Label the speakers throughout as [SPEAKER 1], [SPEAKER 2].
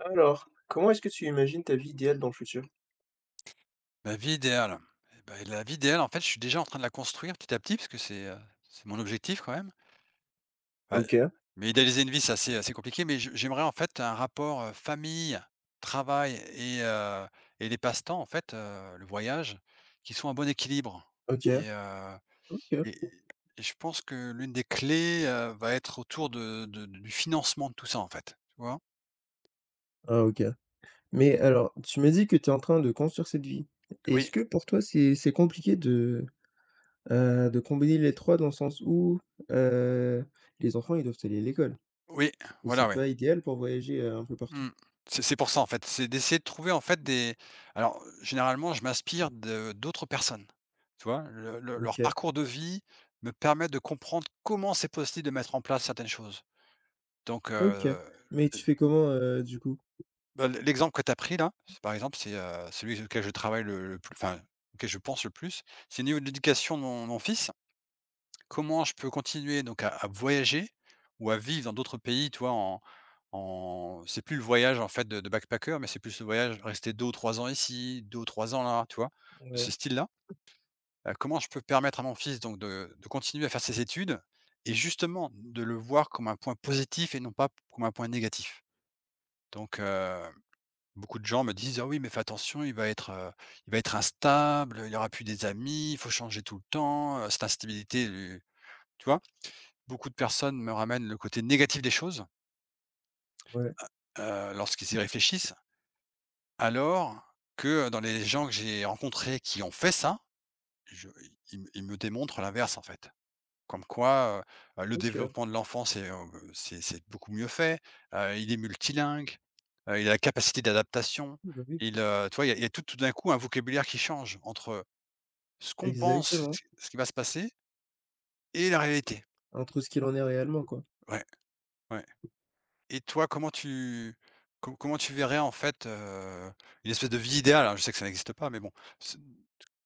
[SPEAKER 1] Alors, comment est-ce que tu imagines ta vie idéale dans le futur?
[SPEAKER 2] Ma vie idéale? Et bah, la vie idéale, en fait, je suis déjà en train de la construire petit à petit parce que c'est mon objectif quand même. Bah,
[SPEAKER 1] OK,
[SPEAKER 2] mais idéaliser une vie, c'est assez assez compliqué, mais je j'aimerais en fait un rapport, famille, travail et les passe-temps en fait, le voyage, qui soit un bon équilibre
[SPEAKER 1] OK,
[SPEAKER 2] et heu et
[SPEAKER 1] OK,
[SPEAKER 2] et je pense que l'une des clés, va être autour de du financement de tout ça, en fait, tu vois?
[SPEAKER 1] ah OK. Mais alors, tu me dis que tu es en train de construire cette vie. Est-ce
[SPEAKER 2] Oui,
[SPEAKER 1] que pour toi, c'est compliqué de combiner les 3 dans le sens où, heu, les enfants, ils doivent aller à l'école
[SPEAKER 2] oui,
[SPEAKER 1] et
[SPEAKER 2] voilà,
[SPEAKER 1] c'est
[SPEAKER 2] oui.
[SPEAKER 1] pas idéal pour voyager, un peu partout?
[SPEAKER 2] Mmh. C'est pour ça, en fait, c'est d'essayer de trouver, en fait, des alors, généralement, je m'inspire de d'autres personnes, tu vois? Le leur
[SPEAKER 1] OK,
[SPEAKER 2] parcours de vie me permet de comprendre comment c'est possible de mettre en place certaines choses. Donc,
[SPEAKER 1] OK. Mais tu fais comment, du coup?
[SPEAKER 2] bah, l'exemple que tu as pris là, c'est par exemple, celui auquel je travaille le plus enfin, auquel je pense le plus, c'est au niveau de l'éducation de mon fils. Comment je peux continuer donc à voyager ou à vivre dans d'autres pays, tu vois? En en C'est plus le voyage en fait de backpacker, mais c'est plus le voyage rester 2 ou 3 ans ici, 2 ou 3 ans là, tu vois? De ce
[SPEAKER 1] Ouais,
[SPEAKER 2] style-là. Comment je peux permettre à mon fils donc de continuer à faire ses études et justement de le voir comme un point positif et non pas comme un point négatif? Donc beaucoup de gens me disent: «Ah oui, mais fais attention, il va être instable, il aura plus des amis, il faut changer tout le temps, cette instabilité lui» tu vois? Beaucoup de personnes me ramènent le côté négatif des choses,
[SPEAKER 1] ouais,
[SPEAKER 2] lorsqu'ils y réfléchissent, alors que, dans les gens que j'ai rencontrés qui ont fait ça, je ils me démontrent l'inverse, en fait. Comme quoi, le
[SPEAKER 1] OK.
[SPEAKER 2] développement de l'enfant, c'est beaucoup mieux fait, il est multilingue, il a la capacité d'adaptation,
[SPEAKER 1] Oui, bah, oui,
[SPEAKER 2] tu vois? Il y a tout tout d'un coup un vocabulaire qui change entre ce qu'on pense,
[SPEAKER 1] exactement,
[SPEAKER 2] ce qui va se passer et la réalité.
[SPEAKER 1] entre ce qu'il en est réellement, quoi.
[SPEAKER 2] Ouais, ouais. Et toi, comment tu verrais en fait, une espèce de vie idéale? Alors je sais que ça n'existe pas, mais bon, ce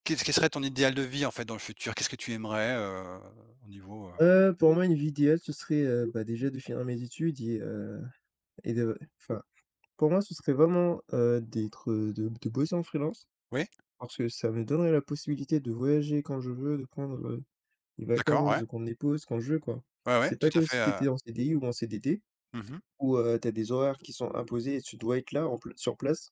[SPEAKER 2] qu'est-ce qui serait ton idéal de vie en fait dans le futur? Qu'est-ce que tu aimerais, au niveau,
[SPEAKER 1] Pour moi, une vie idéale, ce serait, bah, déjà de finir mes études et et de enfin, pour moi, ce serait vraiment, d'être, de bosser en freelance
[SPEAKER 2] oui?
[SPEAKER 1] parce que ça me donnerait la possibilité de voyager quand je veux, de prendre, des
[SPEAKER 2] D'accord,
[SPEAKER 1] vacances,
[SPEAKER 2] ouais.
[SPEAKER 1] de prendre des pauses quand je veux, quoi.
[SPEAKER 2] Ouais, ouais,
[SPEAKER 1] C'est pas
[SPEAKER 2] tout à
[SPEAKER 1] comme
[SPEAKER 2] fait.
[SPEAKER 1] si tu étais en CDI ou en CDD
[SPEAKER 2] Mmh.
[SPEAKER 1] où, tu as des horaires qui sont imposés et tu dois être là en pl sur place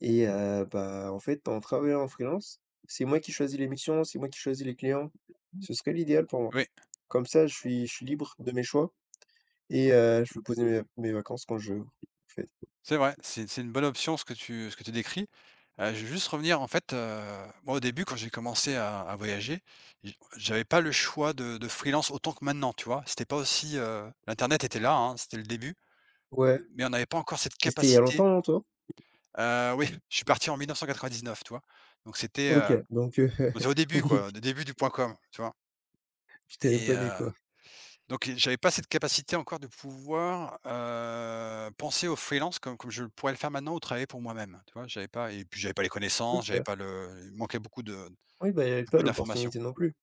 [SPEAKER 1] et bah, en fait, en travaillant en freelance, c'est moi qui choisis les missions, c'est moi qui choisis les clients. Ce serait l'idéal pour moi.
[SPEAKER 2] Oui,
[SPEAKER 1] Comme ça, je suis libre de mes choix et je peux poser mes vacances quand je veux, en fait.
[SPEAKER 2] c'est vrai, c'est une bonne option ce que tu décris. Je vais juste revenir en fait, moi au début quand j'ai commencé à voyager, j'avais pas le choix de freelance autant que maintenant, tu vois? C'était pas aussi, l'internet était là, hein, c'était le début,
[SPEAKER 1] Ouais,
[SPEAKER 2] mais on n'avait pas encore cette
[SPEAKER 1] mais c'était il y a
[SPEAKER 2] capacité.
[SPEAKER 1] longtemps, non, toi?
[SPEAKER 2] Oui, je suis parti en 1999, tu vois? Donc c'était,
[SPEAKER 1] OK, donc
[SPEAKER 2] on au début
[SPEAKER 1] oui,
[SPEAKER 2] quoi, au début du point com, tu vois?
[SPEAKER 1] j'étais même
[SPEAKER 2] Et
[SPEAKER 1] pas né,
[SPEAKER 2] heu,
[SPEAKER 1] quoi.
[SPEAKER 2] donc j'avais pas cette capacité encore de pouvoir, penser au freelance comme je pourrais le faire maintenant ou travailler pour moi-même, tu vois? J'avais pas et puis j'avais pas les connaissances, j'avais
[SPEAKER 1] OK.
[SPEAKER 2] pas le il manquait beaucoup de
[SPEAKER 1] Oui, bah, il y avait pas
[SPEAKER 2] beaucoup d'informations.
[SPEAKER 1] l'opportunité non plus.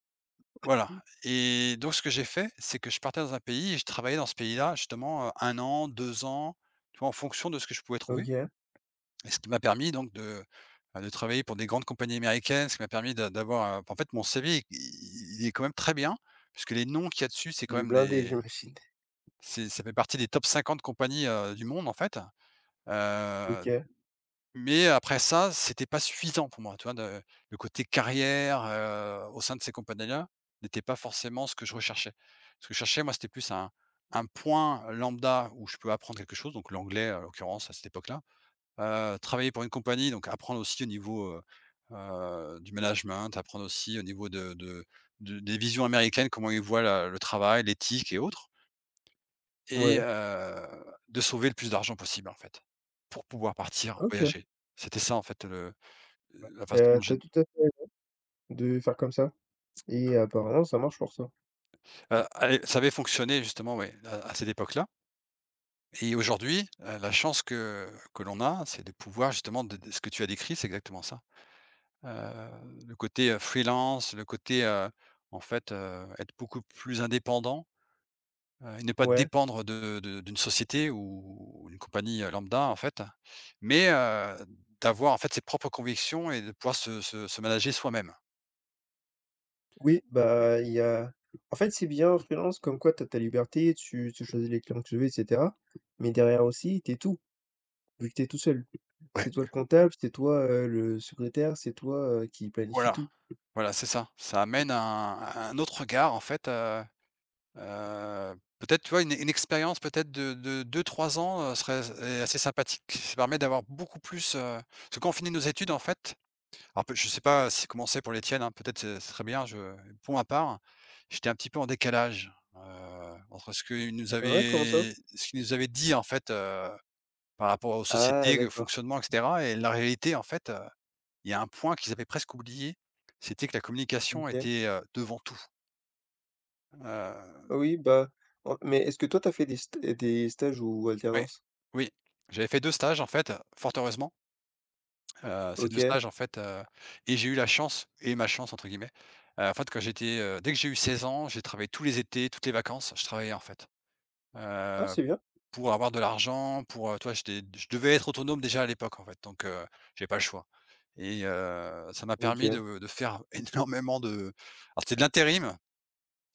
[SPEAKER 2] Voilà et donc ce que j'ai fait, c'est que je partais dans un pays et je travaillais dans ce pays-là justement, 1 an, 2 ans, tu vois? En fonction de ce que je pouvais trouver.
[SPEAKER 1] OK,
[SPEAKER 2] Et ce qui m'a permis donc de travailler pour des grandes compagnies américaines, ce qui m'a permis d'avoir, en fait mon CV il est quand même très bien, puisque les noms qu'il y a dessus, c'est quand
[SPEAKER 1] du
[SPEAKER 2] même
[SPEAKER 1] blindé,
[SPEAKER 2] des
[SPEAKER 1] j'imagine.
[SPEAKER 2] c'est ça fait partie des top 50 compagnies, du monde en fait. Heu,
[SPEAKER 1] OK,
[SPEAKER 2] mais après ça, c'était pas suffisant pour moi, tu vois? De le côté carrière, au sein de ces compagnies-là, n'était pas forcément ce que je recherchais. Ce que je cherchais moi, c'était plus un point lambda où je peux apprendre quelque chose, donc l'anglais, en l'occurrence à cette époque-là. Travailler pour une compagnie, donc apprendre aussi au niveau, du management, apprendre aussi au niveau de des visions américaines, comment ils voient la le travail, l'éthique et autres et
[SPEAKER 1] ouais,
[SPEAKER 2] de sauver le plus d'argent possible, en fait, pour pouvoir partir
[SPEAKER 1] OK.
[SPEAKER 2] voyager. C'était ça, en fait, le la
[SPEAKER 1] Tu
[SPEAKER 2] façon
[SPEAKER 1] as
[SPEAKER 2] dont
[SPEAKER 1] tu
[SPEAKER 2] j'ai
[SPEAKER 1] as tout à fait de faire comme ça. Et apparemment, ça marche pour ça.
[SPEAKER 2] allez, ça avait fonctionné justement, ouais, à cette époque-là et aujourd'hui, la chance que l'on a, c'est de pouvoir justement de ce que tu as décrit, c'est exactement ça. Heu, le côté, freelance, le côté, en fait, être beaucoup plus indépendant, et ne pas
[SPEAKER 1] Ouais,
[SPEAKER 2] dépendre de d'une société ou une compagnie, lambda en fait, mais d'avoir en fait ses propres convictions et de pouvoir se manager soi-même.
[SPEAKER 1] oui, bah, il y a en fait, c'est bien en freelance comme quoi tu as ta liberté, tu choisis les clients que tu veux et cetera, mais derrière aussi, t'es tout. Vu que t'es tout seul.
[SPEAKER 2] Ouais,
[SPEAKER 1] C'est toi le comptable, c'est toi, le secrétaire, c'est toi, qui planifie
[SPEAKER 2] voilà,
[SPEAKER 1] tout.
[SPEAKER 2] voilà, c'est ça. Ça amène un autre regard en fait. Peut-être, tu vois, une expérience peut-être de 2-3 ans, serait est assez sympathique. Ça permet d'avoir beaucoup plus, parce que quand on finit nos études, en fait alors peut je sais pas si comment c'est pour les tiennes, hein, peut-être c'est très bien, je pour ma part, j'étais un petit peu en décalage, entre ce qu'ils nous
[SPEAKER 1] Ah ouais, comment ça?
[SPEAKER 2] avaient ce qu'ils nous avaient dit, en fait, par rapport aux
[SPEAKER 1] Ah
[SPEAKER 2] sociétés, le
[SPEAKER 1] d'accord,
[SPEAKER 2] fonctionnement et cetera et la réalité, en fait, il y a un point qu'ils avaient presque oublié, c'était que la communication
[SPEAKER 1] OK.
[SPEAKER 2] était, devant tout, heu
[SPEAKER 1] Ah oui, bah, en mais est-ce que toi tu as fait des st des stages ou
[SPEAKER 2] Ouais,
[SPEAKER 1] alternances?
[SPEAKER 2] oui, j'avais fait 2 stages en fait, fort heureusement, ces 2
[SPEAKER 1] OK.
[SPEAKER 2] stages en fait, et j'ai eu la chance et «ma chance» entre guillemets, en fait quand j'étais, dès que j'ai eu 16 ans, j'ai travaillé tous les étés, toutes les vacances, je travaillais en fait,
[SPEAKER 1] Ah
[SPEAKER 2] heu,
[SPEAKER 1] c'est bien.
[SPEAKER 2] pour avoir de l'argent, pour, tu J'étais je devais être autonome déjà à l'époque en fait, donc j'avais pas le choix et ça m'a permis
[SPEAKER 1] OK.
[SPEAKER 2] de faire énormément de alors c'était de l'intérim,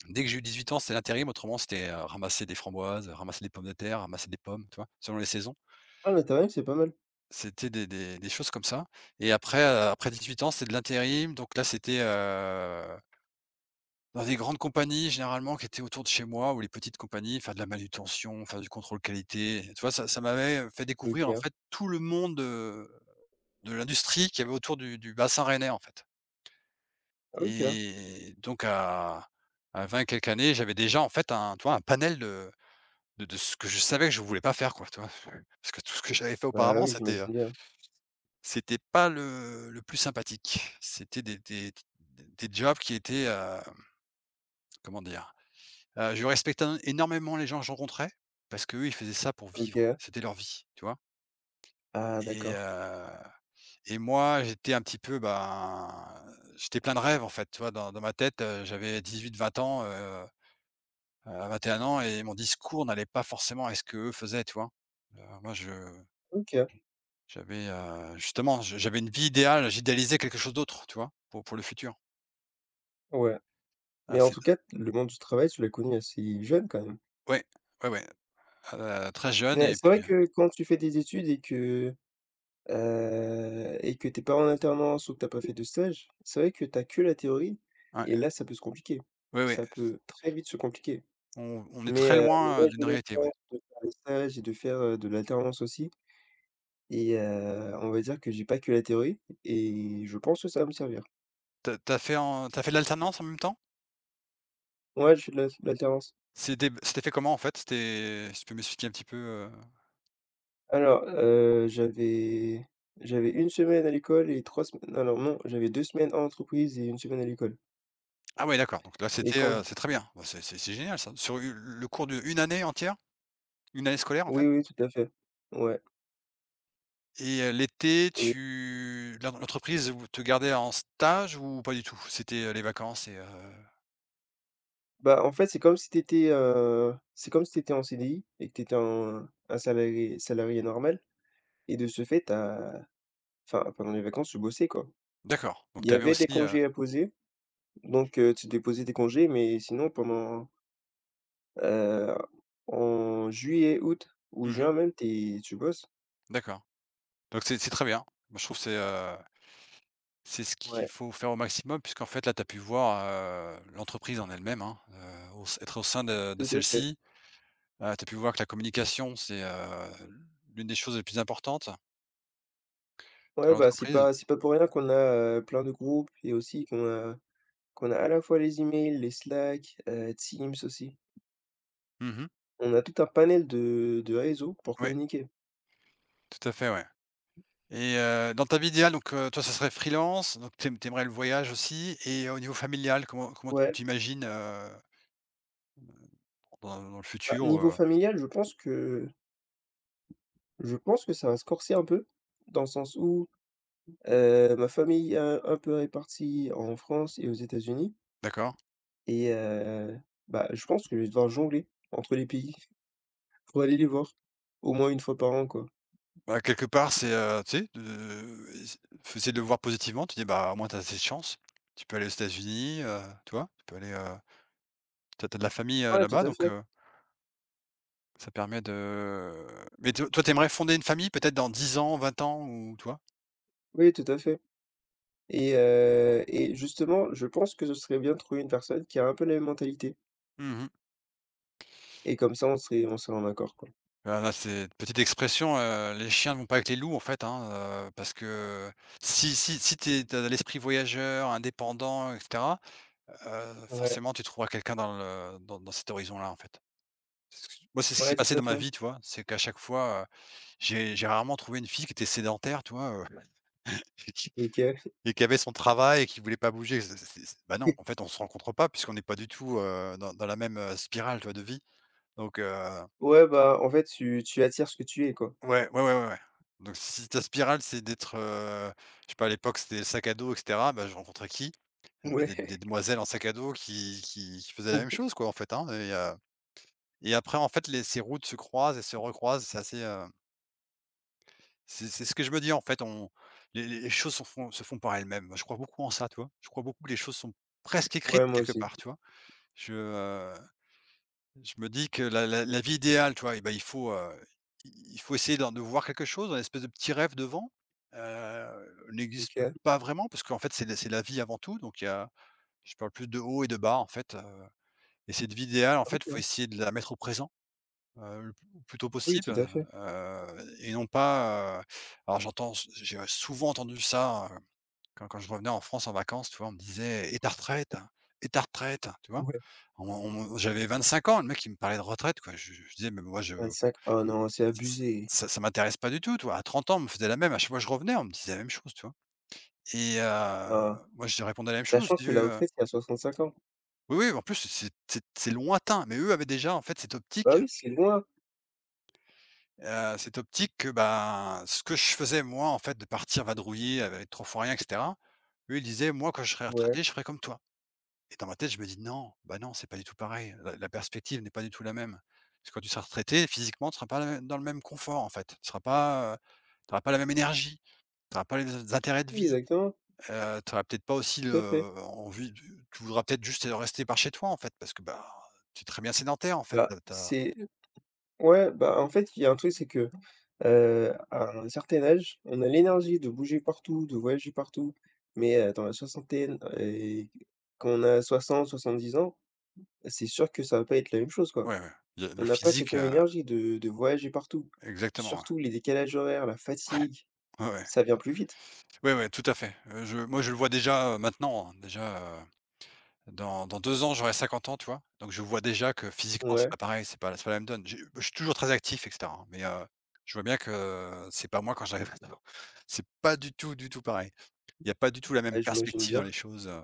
[SPEAKER 2] dès que j'ai eu 18 ans, c'était l'intérim, autrement c'était, ramasser des framboises, ramasser des pommes de terre, ramasser des pommes, tu vois? Selon les saisons.
[SPEAKER 1] Ah l'intérim c'est pas mal.
[SPEAKER 2] C'était des choses comme ça et après 8 ans, c'est de l'intérim donc là, c'était, dans des grandes compagnies généralement qui étaient autour de chez moi ou les petites compagnies, faire de la manutention, faire du contrôle qualité, tu vois? Ça ça m'avait, fait découvrir en
[SPEAKER 1] OK.
[SPEAKER 2] fait tout le monde, de l'industrie qu'il y avait autour du bassin rennais, en fait
[SPEAKER 1] Ah, OK.
[SPEAKER 2] et donc à 20 et quelques années, j'avais déjà en fait un, tu vois, un panel de ce que je savais que je voulais pas faire quoi, tu vois? Parce que tout ce que j'avais fait
[SPEAKER 1] Bah
[SPEAKER 2] auparavant,
[SPEAKER 1] oui, j'imagine bien.
[SPEAKER 2] C'était pas le le plus sympathique. C'était des jobs qui étaient, comment dire? Je respectais énormément les gens que je rencontrais, parce qu'eux, ils faisaient ça pour vivre.
[SPEAKER 1] OK.
[SPEAKER 2] C'était leur vie, tu vois?
[SPEAKER 1] Ah
[SPEAKER 2] Et
[SPEAKER 1] d'accord.
[SPEAKER 2] heu et moi, j'étais un petit peu, ben, j'étais plein de rêves, en fait, tu vois? Dans ma tête, j'avais huit vingt ans, 21 ans et mon discours n'allait pas forcément à ce que eux faisaient, tu vois? Moi, je
[SPEAKER 1] OK.
[SPEAKER 2] j'avais, justement, je j'avais une vie idéale, j'idéalisais quelque chose d'autre, tu vois? Pour le futur.
[SPEAKER 1] Ouais. Mais
[SPEAKER 2] Ah
[SPEAKER 1] en
[SPEAKER 2] c'est
[SPEAKER 1] tout cas, le monde du travail, tu l'as connu assez jeune quand même.
[SPEAKER 2] Ouais, ouais, ouais, très jeune
[SPEAKER 1] Mais
[SPEAKER 2] et
[SPEAKER 1] c'est
[SPEAKER 2] puis,
[SPEAKER 1] vrai que quand tu fais des études et que et que t'es pas en alternance ou que t'as pas fait de stage, c'est vrai que t'as que la théorie et
[SPEAKER 2] ouais,
[SPEAKER 1] là, ça peut se compliquer.
[SPEAKER 2] ouais, oui,
[SPEAKER 1] Ça peut très vite se compliquer.
[SPEAKER 2] on est très
[SPEAKER 1] Mais
[SPEAKER 2] loin,
[SPEAKER 1] moi, j'ai
[SPEAKER 2] d'une
[SPEAKER 1] eu la
[SPEAKER 2] réalité, ouais.
[SPEAKER 1] chance de faire des stages et de faire, de l'alternance aussi et on va dire que j'ai pas que la théorie et je pense que ça va me servir.
[SPEAKER 2] Tu as fait en tu as fait de l'alternance en même temps?
[SPEAKER 1] Ouais, je fais de l'alternance.
[SPEAKER 2] C'était b c'était fait comment en fait? C'était si tu peux m'expliquer un petit peu?
[SPEAKER 1] Alors, j'avais une semaine à l'école et 3 semaines alors non, j'avais 2 semaines en entreprise et une semaine à l'école
[SPEAKER 2] Ah ouais d'accord, donc là
[SPEAKER 1] et
[SPEAKER 2] c'était,
[SPEAKER 1] quand je
[SPEAKER 2] c'est très bien. Bah, c'est génial ça. Sur u le cours d'une année entière? Une année scolaire en
[SPEAKER 1] oui,
[SPEAKER 2] fait?
[SPEAKER 1] oui, tout à fait. Ouais
[SPEAKER 2] L'été
[SPEAKER 1] et
[SPEAKER 2] tu l'en l'entreprise vous te gardait en stage ou pas du tout? C'était, les vacances et
[SPEAKER 1] bah, en fait, c'est comme si tu étais, c'est comme si tu étais en CDI et que tu étais un un salarié normal et de ce fait, t'as enfin, pendant les vacances, tu bossais, quoi.
[SPEAKER 2] d'accord, donc
[SPEAKER 1] Il y
[SPEAKER 2] tu avais
[SPEAKER 1] avait
[SPEAKER 2] aussi,
[SPEAKER 1] des congés à poser, donc tu déposais tes congés, mais sinon pendant, heu, en juillet, août ou
[SPEAKER 2] mmh mh,
[SPEAKER 1] juin même, t'es tu bosses.
[SPEAKER 2] d'accord, donc c'est très bien. Moi je trouve c'est ce qu'il
[SPEAKER 1] Ouais,
[SPEAKER 2] faut faire au maximum puisqu'en fait, là, tu as pu voir, l'entreprise en elle-même, hein, au être au sein de
[SPEAKER 1] tout à fait.
[SPEAKER 2] celle-ci. Tu as pu voir que la communication, l'une des choses les plus importantes dans
[SPEAKER 1] Ouais, bah, c'est
[SPEAKER 2] l'entreprise.
[SPEAKER 1] pas c'est pas pour rien qu'on a, plein de groupes et aussi qu'on a à la fois les emails, les Slack, Teams aussi.
[SPEAKER 2] Mmh.
[SPEAKER 1] On a tout un panel de réseaux pour
[SPEAKER 2] Oui,
[SPEAKER 1] communiquer.
[SPEAKER 2] tout à fait, ouais. Et dans ta vie idéale, toi, ça serait freelance, donc tu aimes le voyage aussi et au niveau familial, comment tu
[SPEAKER 1] Ouais,
[SPEAKER 2] t'imagines, dans dans le
[SPEAKER 1] bah,
[SPEAKER 2] futur,
[SPEAKER 1] niveau
[SPEAKER 2] heu
[SPEAKER 1] familial, je pense que ça va se corser un peu, dans le sens où, ma famille est un peu répartie en France et aux États-Unis
[SPEAKER 2] D'accord.
[SPEAKER 1] et bah, je pense que je vais devoir jongler entre les pays pour aller les voir, au moins une fois par an, quoi.
[SPEAKER 2] Bah, quelque part, c'est, tu sais, de faut essayer de le voir positivement. Tu dis: «Bah, au moins, tu as cette chance». Tu peux aller aux États-Unis, tu vois? Tu peux aller, tu as de la famille,
[SPEAKER 1] Ouais, tout
[SPEAKER 2] là-bas,
[SPEAKER 1] à fait.
[SPEAKER 2] ça permet de mais to toi, tu aimerais fonder une famille peut-être dans 10 ans, vingt ans, ou tu vois?
[SPEAKER 1] Oui, tout à fait et et justement, je pense que ce serait bien de trouver une personne qui a un peu la même mentalité
[SPEAKER 2] Mmh.
[SPEAKER 1] et comme ça, on serait en accord, quoi.
[SPEAKER 2] Bah, là, c'est une petite expression, les chiens ne vont pas avec les loups, en fait, hein, parce que si tu es as l'esprit voyageur, indépendant, et cetera,
[SPEAKER 1] Ouais,
[SPEAKER 2] forcément, tu trouveras quelqu'un dans le dans dans cet horizon-là, en fait. Moi, c'est ce qui s'est
[SPEAKER 1] ouais, tout
[SPEAKER 2] passé
[SPEAKER 1] à
[SPEAKER 2] dans ma
[SPEAKER 1] fait.
[SPEAKER 2] vie, tu vois? C'est qu'à chaque fois, j'ai rarement trouvé une fille qui était sédentaire, tu vois? Et qui
[SPEAKER 1] OK.
[SPEAKER 2] et qui avait son travail et qui voulait pas bouger. C'est bah, non, en fait, on se rencontre pas puisqu'on n'est pas du tout, dans la même, spirale, tu vois, de vie. Donc heu,
[SPEAKER 1] Ouais, bah, en fait, tu attires ce que tu es, quoi.
[SPEAKER 2] ouais, ouais, ouais, ouais, ouais. Donc si ta spirale, c'est d'être, je sais pas, à l'époque, c'était le sac à dos et cetera, bah, je rencontrais qui? Et bah, des
[SPEAKER 1] Ouais.
[SPEAKER 2] des demoiselles en sac à dos qui faisaient la
[SPEAKER 1] Oui,
[SPEAKER 2] même chose, quoi, en fait, hein. Et après, en fait, les ces routes se croisent et se recroisent. C'est assez, c'est ce que je me dis, en fait. On Les choses se font par elles-mêmes. Moi je crois beaucoup en ça, tu vois? Je crois beaucoup que les choses sont presque
[SPEAKER 1] ouais,
[SPEAKER 2] écrites
[SPEAKER 1] moi
[SPEAKER 2] quelque
[SPEAKER 1] aussi.
[SPEAKER 2] part, tu vois? Je, heu, je me dis que la vie idéale, tu vois? Eh ben, il faut essayer d'en de voir quelque chose, un espèce de petit rêve devant, n'existe
[SPEAKER 1] OK,
[SPEAKER 2] pas vraiment parce qu'en fait, c'est la vie avant tout. Donc il y a je parle plus de haut et de bas, en fait, et cette vie idéale, en fait, faut
[SPEAKER 1] OK.
[SPEAKER 2] essayer de la mettre au présent. Le plus tôt
[SPEAKER 1] Oui,
[SPEAKER 2] possible,
[SPEAKER 1] tout à fait.
[SPEAKER 2] et non pas, alors j'ai souvent entendu ça, quand je revenais en France en vacances, tu vois? On me disait: «Et ta retraite? Et ta retraite?» Tu vois?
[SPEAKER 1] Ouais,
[SPEAKER 2] On J'avais 25 ans, le mec il me parlait de retraite, quoi. Je disais: «Mais moi, je
[SPEAKER 1] 25 oh non, c'est
[SPEAKER 2] ça
[SPEAKER 1] abusé.
[SPEAKER 2] ça ça m'intéresse pas du tout», tu vois? À 30 ans, on me faisait la même, à chaque fois que je revenais, on me disait la même chose, tu vois? Et
[SPEAKER 1] Ah,
[SPEAKER 2] moi, je répondais la même chose.
[SPEAKER 1] sachant
[SPEAKER 2] Je dis,
[SPEAKER 1] que la retraite, c'est à 65 ans.
[SPEAKER 2] «Oui, oui», en plus c'est lointain, mais eux avaient déjà, en fait, cette
[SPEAKER 1] Bah
[SPEAKER 2] optique.
[SPEAKER 1] oui, c'est loin.
[SPEAKER 2] Cette optique que, ben, ce que je faisais moi, en fait, de partir vadrouiller avec trop fois rien et cetera, lui, il disait: «Moi, quand je serai
[SPEAKER 1] Ouais,
[SPEAKER 2] retraité, je ferai comme toi». Et dans ma tête, je me dis: «Non, bah, non, c'est pas du tout pareil, la perspective n'est pas du tout la même». Parce que quand tu seras retraité, physiquement, tu seras pas le dans le même confort, en fait. Tu seras pas, tu auras pas la même énergie, tu auras pas les intérêts de
[SPEAKER 1] oui,
[SPEAKER 2] vie,
[SPEAKER 1] exactement,
[SPEAKER 2] tu auras peut-être pas aussi
[SPEAKER 1] tout à fait.
[SPEAKER 2] le envie de tu voudras peut-être juste rester par chez toi, en fait, parce que, bah, tu es très bien sédentaire, en fait,
[SPEAKER 1] Bah,
[SPEAKER 2] tu
[SPEAKER 1] c'est ouais, bah, en fait, il y a un truc, c'est que, à un certain âge, on a l'énergie de bouger partout, de voyager partout, mais dans la soixantaine et quand on a 60-70 ans, c'est sûr que ça va pas être la même chose, quoi.
[SPEAKER 2] ouais, ouais, y a
[SPEAKER 1] On
[SPEAKER 2] le
[SPEAKER 1] n'a pas cette
[SPEAKER 2] physique,
[SPEAKER 1] même énergie de voyager partout.
[SPEAKER 2] exactement, ouais.
[SPEAKER 1] Surtout les décalages horaires, la fatigue,
[SPEAKER 2] Ouais, ouais.
[SPEAKER 1] ça vient plus vite.
[SPEAKER 2] Ouais, ouais, tout à fait. Je Moi, je le vois déjà, maintenant, hein. Déjà, dans 2 ans, j'aurai 50 ans, tu vois? Donc je vois déjà que physiquement, c'est
[SPEAKER 1] Ouais,
[SPEAKER 2] pas pareil, c'est pas la même donne. J'ai Je suis toujours très actif et cetera, hein, mais je vois bien que c'est pas moi quand j'arrive à c'est pas du tout, du tout pareil. Il y a pas du tout la même
[SPEAKER 1] ah j'imagine
[SPEAKER 2] perspective dans
[SPEAKER 1] bien.
[SPEAKER 2] les choses,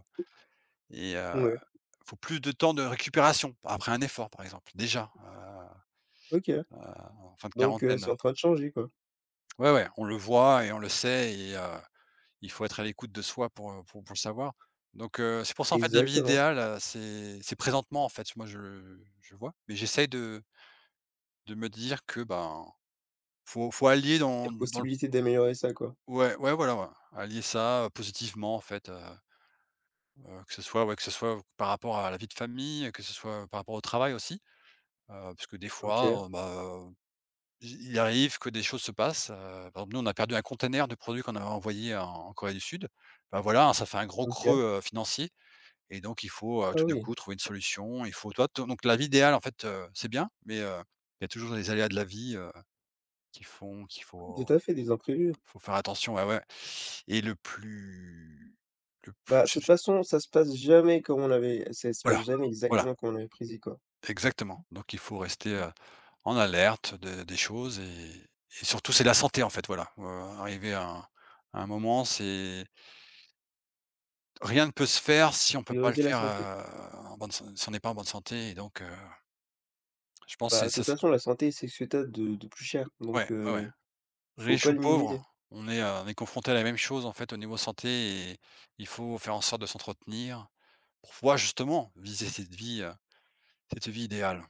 [SPEAKER 2] et
[SPEAKER 1] Ouais,
[SPEAKER 2] faut plus de temps de récupération après un effort, par exemple, déjà,
[SPEAKER 1] OK.
[SPEAKER 2] en fin de
[SPEAKER 1] Donc c'est
[SPEAKER 2] quarantaine.
[SPEAKER 1] en train de changer, quoi.
[SPEAKER 2] Ouais, ouais, on le voit et on le sait. Il faut être à l'écoute de soi pour, pour le savoir. C'est pour ça, en fait, la vie
[SPEAKER 1] Exactement.
[SPEAKER 2] idéale, c'est présentement, en fait. Moi, je le vois, mais j'essaye de me dire que, ben, faut allier
[SPEAKER 1] Il y
[SPEAKER 2] dans
[SPEAKER 1] a
[SPEAKER 2] le
[SPEAKER 1] possibilité d'améliorer ça, quoi.
[SPEAKER 2] ouais, ouais, voilà, ouais, allier ça, positivement, en fait, que ce soit ouais, que ce soit par rapport à la vie de famille, que ce soit par rapport au travail aussi, parce que des
[SPEAKER 1] OK,
[SPEAKER 2] fois, bah, il arrive que des choses se passent, par exemple, nous, on a perdu un container de produits qu'on avait envoyé en Corée du Sud. Ben voilà, hein, ça fait un gros
[SPEAKER 1] OK.
[SPEAKER 2] creux, financier. Et donc il faut,
[SPEAKER 1] Ah
[SPEAKER 2] tout d'un
[SPEAKER 1] oui,
[SPEAKER 2] coup, trouver une solution. Il faut toi ton Donc la vie idéale, en fait, c'est bien, mais il y a toujours les aléas de la vie, qui font qu'il
[SPEAKER 1] tout
[SPEAKER 2] faut
[SPEAKER 1] à fait, des imprévus.
[SPEAKER 2] faire attention, ouais, ouais. et le plus
[SPEAKER 1] Bah, de
[SPEAKER 2] c
[SPEAKER 1] toute
[SPEAKER 2] c
[SPEAKER 1] façon, ça se passe
[SPEAKER 2] Voilà,
[SPEAKER 1] jamais
[SPEAKER 2] voilà,
[SPEAKER 1] exactement comme on avait prévu, quoi.
[SPEAKER 2] exactement. Donc il faut rester, en alerte de des choses et surtout c'est la santé, en fait, voilà, arriver à un moment, c'est rien ne peut se faire si on peut pas le
[SPEAKER 1] Prioriser la
[SPEAKER 2] faire,
[SPEAKER 1] santé.
[SPEAKER 2] en bonne san si on n'est pas en bonne santé. Et donc je pense
[SPEAKER 1] Bah,
[SPEAKER 2] que
[SPEAKER 1] de toute
[SPEAKER 2] c'est ça sera
[SPEAKER 1] façon, la santé, c'est ce que tu as de plus cher,
[SPEAKER 2] ouais,
[SPEAKER 1] donc
[SPEAKER 2] ouais, ouais.
[SPEAKER 1] faut
[SPEAKER 2] Riche
[SPEAKER 1] pas
[SPEAKER 2] ou
[SPEAKER 1] le
[SPEAKER 2] pauvre,
[SPEAKER 1] minimiser.
[SPEAKER 2] on est confronté à la même chose, en fait, au niveau santé. Et il faut faire en sorte de s'entretenir pour pouvoir justement viser cette vie idéale.